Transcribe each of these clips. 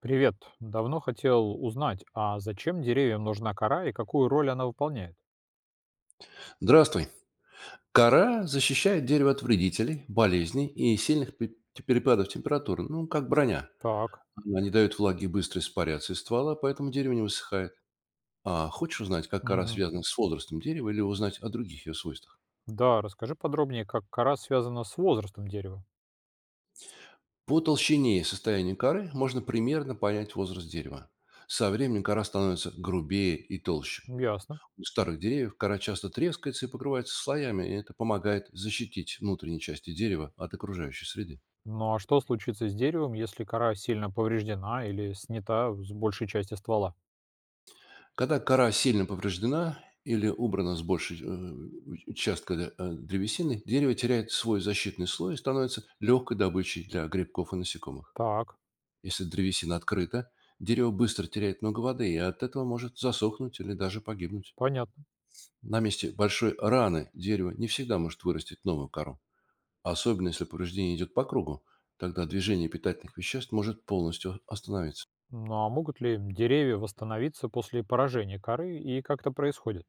Привет. Давно хотел узнать, а зачем деревьям нужна кора и какую роль она выполняет? Здравствуй. Кора защищает дерево от вредителей, болезней и сильных перепадов температуры, ну, как броня. Так. Она не дает влаге быстро испаряться из ствола, поэтому дерево не высыхает. А хочешь узнать, как кора Мгм. связана с возрастом дерева или узнать о других ее свойствах? Да, расскажи подробнее, как кора связана с возрастом дерева. По толщине и состоянию коры можно примерно понять возраст дерева. Со временем кора становится грубее и толще. Ясно. У старых деревьев кора часто трескается и покрывается слоями, и это помогает защитить внутренние части дерева от окружающей среды. Ну а что случится с деревом, если кора сильно повреждена или снята с большей части ствола? Когда кора сильно повреждена или убрана с большей участка древесины, дерево теряет свой защитный слой и становится легкой добычей для грибков и насекомых. Так, Если древесина открыта, дерево быстро теряет много воды и от этого может засохнуть или даже погибнуть. понятно. На месте большой раны дерево не всегда может вырастить новую кору, особенно если повреждение идет по кругу, тогда движение питательных веществ может полностью остановиться. Ну а могут ли деревья восстановиться после поражения коры и как это происходит?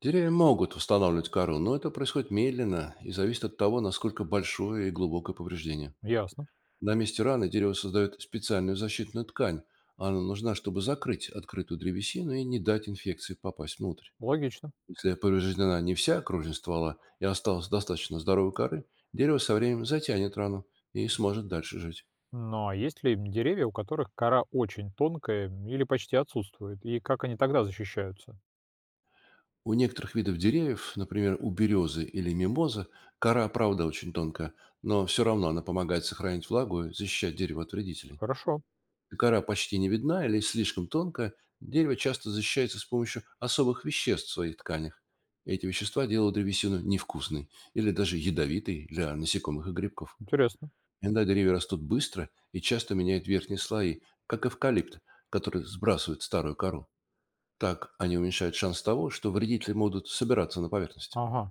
Деревья могут восстанавливать кору, но это происходит медленно и зависит от того, насколько большое и глубокое повреждение. Ясно. На месте раны дерево создает специальную защитную ткань. Она нужна, чтобы закрыть открытую древесину и не дать инфекции попасть внутрь. Логично. Если повреждена не вся окружность ствола и осталась достаточно здоровой коры, дерево со временем затянет рану и сможет дальше жить. Но есть ли деревья, у которых кора очень тонкая или почти отсутствует, и как они тогда защищаются? У некоторых видов деревьев, например, у березы или мимозы, кора, правда, очень тонкая, но все равно она помогает сохранить влагу и защищать дерево от вредителей. Хорошо, Кора почти не видна или слишком тонкая, дерево часто защищается с помощью особых веществ в своих тканях. Эти вещества делают древесину невкусной или даже ядовитой для насекомых и грибков. интересно. Иногда деревья растут быстро и часто меняют верхние слои, как эвкалипт, который сбрасывает старую кору. Так они уменьшают шанс того, что вредители могут собираться на поверхности. Ага,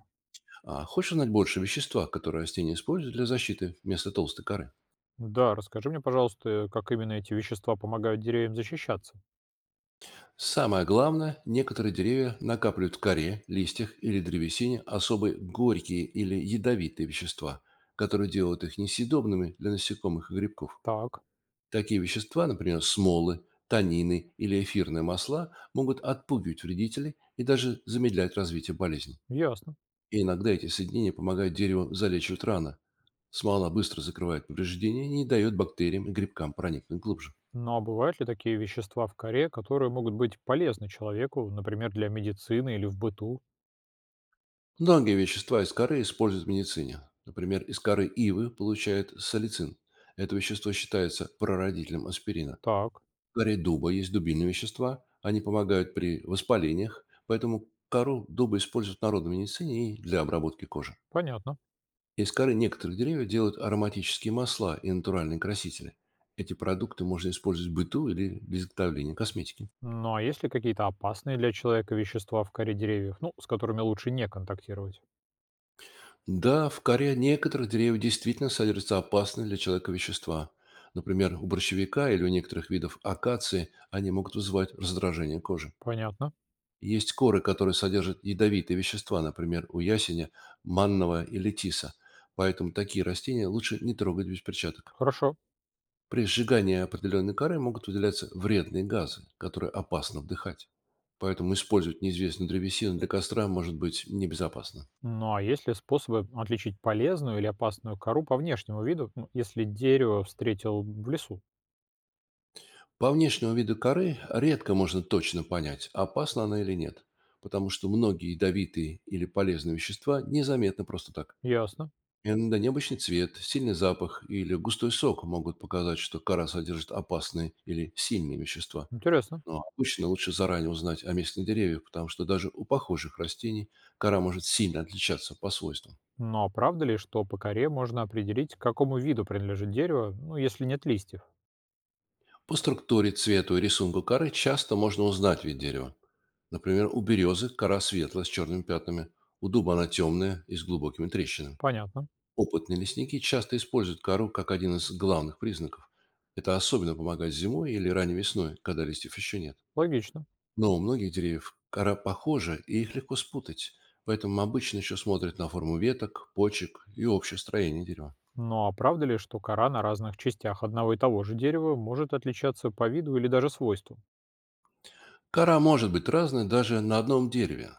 А хочешь узнать больше о веществах, которые растения используют для защиты вместо толстой коры? да, расскажи мне, пожалуйста, как именно эти вещества помогают деревьям защищаться. Самое главное, некоторые деревья накапливают в коре, листьях или древесине особые горькие или ядовитые вещества, которые делают их несъедобными для насекомых и грибков. Так, Такие вещества, например, смолы, танины или эфирные масла, могут отпугивать вредителей и даже замедлять развитие болезни. ясно. И иногда эти соединения помогают дереву залечивать рано. Смола быстро закрывает повреждения и не дает бактериям и грибкам проникнуть глубже. Ну а бывают ли такие вещества в коре, которые могут быть полезны человеку, например, для медицины или в быту? Многие вещества из коры используют в медицине. Например, из коры ивы получают салицин. Это вещество считается прародителем аспирина. Так, В коре дуба есть дубильные вещества. Они помогают при воспалениях, поэтому кору дуба используют в народной медицине и для обработки кожи. понятно. Из коры некоторых деревьев делают ароматические масла и натуральные красители. Эти продукты можно использовать в быту или для изготовления косметики. Ну а есть ли какие-то опасные для человека вещества в коре деревьев, ну, с которыми лучше не контактировать? Да, в коре некоторых деревьев действительно содержатся опасные для человека вещества. Например, у борщевика или у некоторых видов акации они могут вызывать раздражение кожи. Понятно. Есть коры, которые содержат ядовитые вещества, например, у ясеня, манного или тиса. Поэтому такие растения лучше не трогать без перчаток. Хорошо. При сжигании определенной коры могут выделяться вредные газы, которые опасно вдыхать. Поэтому использовать неизвестную древесину для костра может быть небезопасно. Ну, а есть ли способы отличить полезную или опасную кору по внешнему виду, ну, если дерево встретил в лесу? По внешнему виду коры редко можно точно понять, опасна она или нет, потому что многие ядовитые или полезные вещества незаметны просто так. Ясно. Иногда необычный цвет, сильный запах или густой сок могут показать, что кора содержит опасные или сильные вещества. Интересно. Но обычно лучше заранее узнать о местных деревьях, потому что даже у похожих растений кора может сильно отличаться по свойствам. Но правда ли, что по коре можно определить, к какому виду принадлежит дерево, ну, если нет листьев? По структуре, цвету и рисунку коры часто можно узнать вид дерева. Например, у березы кора светлая с черными пятнами, у дуба она темная и с глубокими трещинами. Понятно. Опытные лесники часто используют кору как один из главных признаков. Это особенно помогает зимой или ранней весной, когда листьев еще нет. Логично. Но у многих деревьев кора похожа, и их легко спутать, поэтому обычно еще смотрят на форму веток, почек и общее строение дерева. Но а правда ли, что кора на разных частях одного и того же дерева может отличаться по виду или даже свойству? Кора может быть разной даже на одном дереве.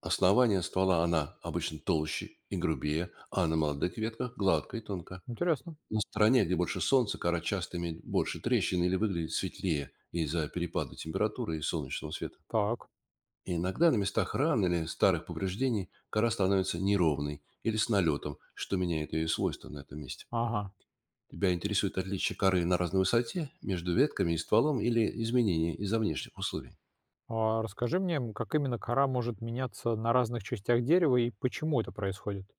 Основание ствола она обычно толще и грубее, а на молодых ветках гладкая и тонкая. Интересно. На стороне, где больше солнца, кора часто имеет больше трещин или выглядит светлее из-за перепада температуры и солнечного света. Так. И иногда на местах ран или старых повреждений кора становится неровной или с налетом, что меняет ее свойства на этом месте. Ага. Тебя интересует отличие коры на разной высоте между ветками и стволом или изменения из-за внешних условий? А расскажи мне, как именно кора может меняться на разных частях дерева и почему это происходит?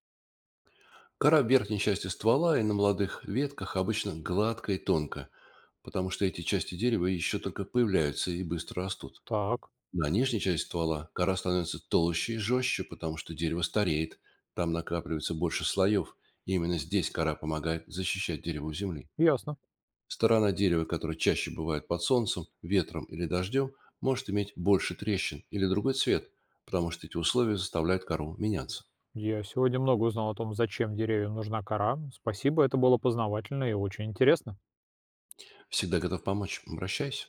Кора в верхней части ствола и на молодых ветках обычно гладкая и тонкая, потому что эти части дерева еще только появляются и быстро растут. Так. На нижней части ствола кора становится толще и жестче, потому что дерево стареет, там накапливается больше слоев, и именно здесь кора помогает защищать дерево у земли. Ясно. Сторона дерева, которая чаще бывает под солнцем, ветром или дождем, может иметь больше трещин или другой цвет, потому что эти условия заставляют кору меняться. Я сегодня много узнал о том, зачем деревьям нужна кора. Спасибо, это было познавательно и очень интересно. Всегда готов помочь. Обращайся.